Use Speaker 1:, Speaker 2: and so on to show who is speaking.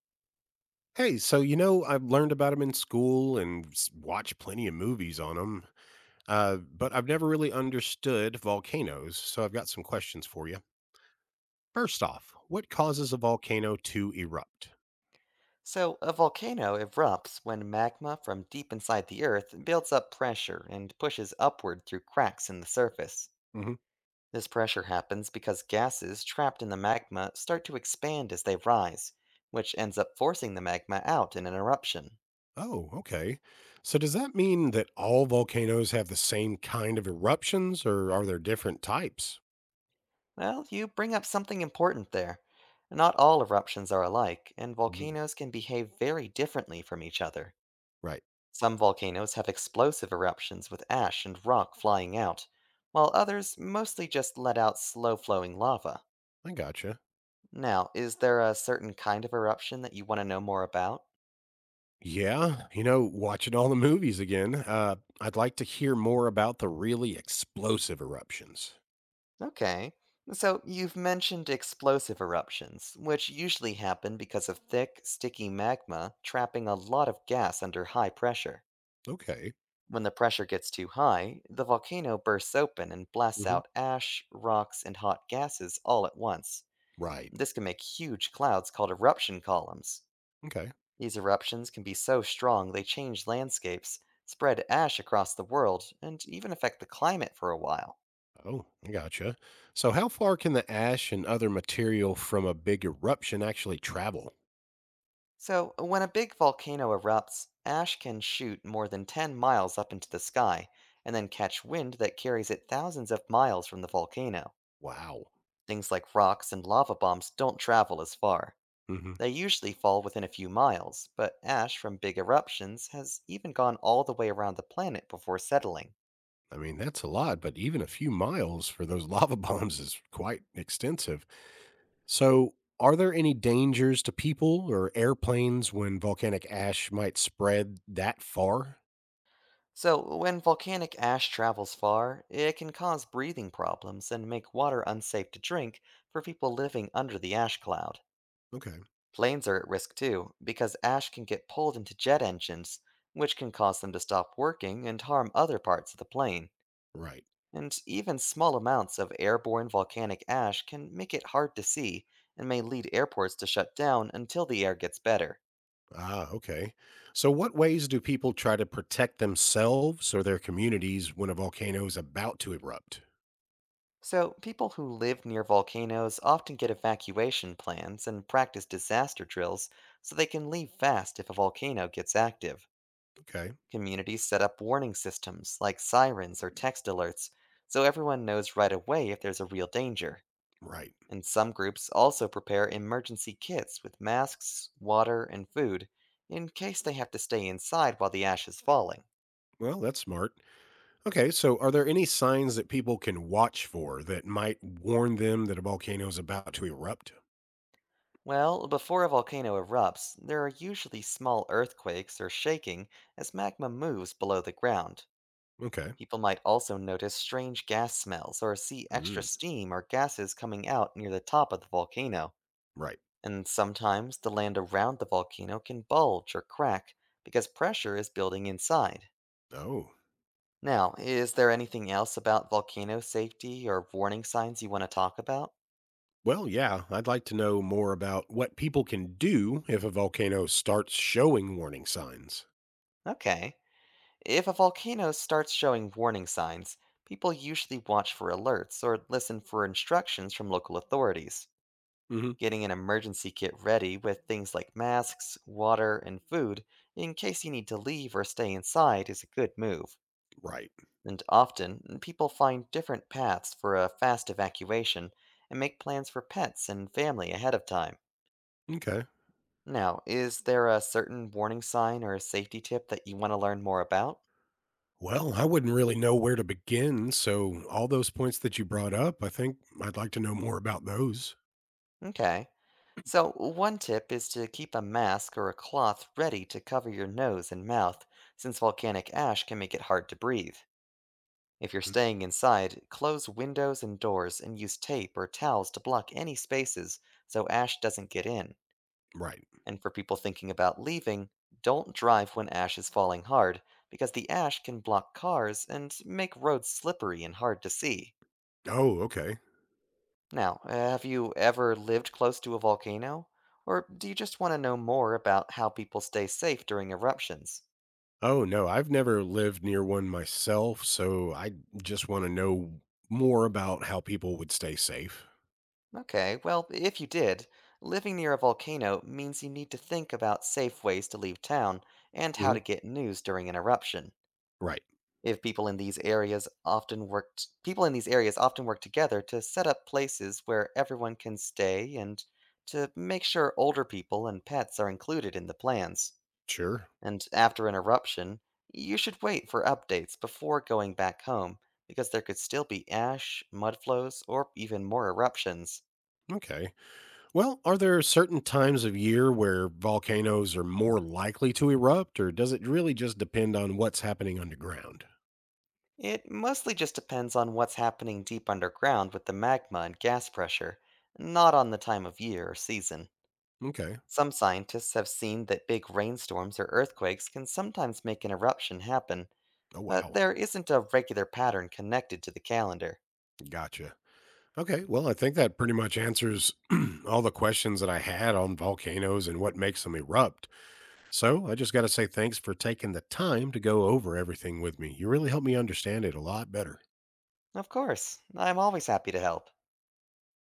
Speaker 1: Hey, so you know, I've learned about them in school and watched plenty of movies on them, but I've never really understood volcanoes, so I've got some questions for you. First off, what causes a volcano to erupt?
Speaker 2: So, a volcano erupts when magma from deep inside the earth builds up pressure and pushes upward through cracks in the surface.
Speaker 1: Hmm.
Speaker 2: This pressure happens because gases trapped in the magma start to expand as they rise, which ends up forcing the magma out in an eruption.
Speaker 1: Oh, okay. So does that mean that all volcanoes have the same kind of eruptions, or are there different types?
Speaker 2: Well, you bring up something important there. Not all eruptions are alike, and
Speaker 1: Mhm.
Speaker 2: volcanoes can behave very differently from each other.
Speaker 1: Right.
Speaker 2: Some volcanoes have explosive eruptions with ash and rock flying out, while others mostly just let out slow flowing lava.
Speaker 1: I gotcha.
Speaker 2: Now, is there a certain kind of eruption that you want to know more about?
Speaker 1: Yeah, you know, watching all the movies again, I'd like to hear more about the really explosive eruptions.
Speaker 2: Okay. So, you've mentioned explosive eruptions, which usually happen because of thick, sticky magma trapping a lot of gas under high pressure.
Speaker 1: Okay.
Speaker 2: When the pressure gets too high, the volcano bursts open and blasts
Speaker 1: Hmm.
Speaker 2: out ash, rocks, and hot gases all at once.
Speaker 1: Right.
Speaker 2: This can make huge clouds called eruption columns.
Speaker 1: Okay.
Speaker 2: These eruptions can be so strong they change landscapes, spread ash across the world, and even affect the climate for a while.
Speaker 1: Oh, I gotcha. So, how far can the ash and other material from a big eruption actually travel?
Speaker 2: So, when a big volcano erupts, ash can shoot more than 10 miles up into the sky, and then catch wind that carries it thousands of miles from the volcano.
Speaker 1: Wow.
Speaker 2: Things like rocks and lava bombs don't travel as far.
Speaker 1: Hmm.
Speaker 2: They usually fall within a few miles, but ash from big eruptions has even gone all the way around the planet before settling.
Speaker 1: I mean, that's a lot, but even a few miles for those lava bombs is quite extensive. So, are there any dangers to people or airplanes when volcanic ash might spread that far?
Speaker 2: So, when volcanic ash travels far, it can cause breathing problems and make water unsafe to drink for people living under the ash cloud.
Speaker 1: Okay.
Speaker 2: Planes are at risk too, because ash can get pulled into jet engines, which can cause them to stop working and harm other parts of the plane.
Speaker 1: Right.
Speaker 2: And even small amounts of airborne volcanic ash can make it hard to see and may lead airports to shut down until the air gets better.
Speaker 1: Ah, okay. So, what ways do people try to protect themselves or their communities when a volcano is about to erupt?
Speaker 2: So, people who live near volcanoes often get evacuation plans and practice disaster drills so they can leave fast if a volcano gets active.
Speaker 1: Okay.
Speaker 2: Communities set up warning systems like sirens or text alerts so everyone knows right away if there's a real danger.
Speaker 1: Right.
Speaker 2: And some groups also prepare emergency kits with masks, water, and food in case they have to stay inside while the ash is falling.
Speaker 1: Well, that's smart. Okay. So, are there any signs that people can watch for that might warn them that a volcano is about to erupt?
Speaker 2: Well, before a volcano erupts, there are usually small earthquakes or shaking as magma moves below the ground.
Speaker 1: Okay.
Speaker 2: People might also notice strange gas smells or see extra
Speaker 1: Mm,
Speaker 2: steam or gases coming out near the top of the volcano.
Speaker 1: right.
Speaker 2: And sometimes the land around the volcano can bulge or crack because pressure is building inside.
Speaker 1: Oh.
Speaker 2: Now, is there anything else about volcano safety or warning signs you want to talk about?
Speaker 1: Well, yeah, I'd like to know more about what people can do if a volcano starts showing warning signs.
Speaker 2: Okay. If a volcano starts showing warning signs, people usually watch for alerts or listen for instructions from local authorities.
Speaker 1: Hmm.
Speaker 2: Getting an emergency kit ready with things like masks, water, and food in case you need to leave or stay inside is a good move.
Speaker 1: Right.
Speaker 2: And often, people find different paths for a fast evacuation and make plans for pets and family ahead of time.
Speaker 1: Okay.
Speaker 2: Now, is there a certain warning sign or safety tip that you want to learn more about?
Speaker 1: Well, I wouldn't really know where to begin. So, all those points that you brought up, I think I'd like to know more about those.
Speaker 2: Okay. So, one tip is to keep a mask or a cloth ready to cover your nose and mouth, since volcanic ash can make it hard to breathe. If you're
Speaker 1: Mm.
Speaker 2: staying inside, close windows and doors and use tape or towels to block any spaces so ash doesn't get in.
Speaker 1: Right.
Speaker 2: And for people thinking about leaving, don't drive when ash is falling hard, because the ash can block cars and make roads slippery and hard to see.
Speaker 1: Oh, okay.
Speaker 2: Now, have you ever lived close to a volcano? Or do you just want to know more about how people stay safe during eruptions?
Speaker 1: Oh, no, I've never lived near one myself. So, I just want to know more about how people would stay safe.
Speaker 2: Okay, well, if you did, living near a volcano means you need to think about safe ways to leave town and how
Speaker 1: Hmm.
Speaker 2: to get news during an eruption.
Speaker 1: Right.
Speaker 2: If people in these areas often work together to set up places where everyone can stay and to make sure older people and pets are included in the plans.
Speaker 1: Sure.
Speaker 2: And after an eruption, you should wait for updates before going back home, because there could still be ash, mud flows, or even more eruptions.
Speaker 1: Okay. Well, are there certain times of year where volcanoes are more likely to erupt, or does it really just depend on what's happening underground?
Speaker 2: It mostly just depends on what's happening deep underground with the magma and gas pressure, not on the time of year or season.
Speaker 1: Okay.
Speaker 2: Some scientists have seen that big rainstorms or earthquakes can sometimes make an eruption happen,
Speaker 1: Oh,
Speaker 2: but
Speaker 1: wow.
Speaker 2: there isn't a regular pattern connected to the calendar.
Speaker 1: Gotcha. Okay, well, I think that pretty much answers all the questions that I had on volcanoes and what makes them erupt. So I just got to say thanks for taking the time to go over everything with me. You really helped me understand it a lot better.
Speaker 2: Of course, I'm always happy to help.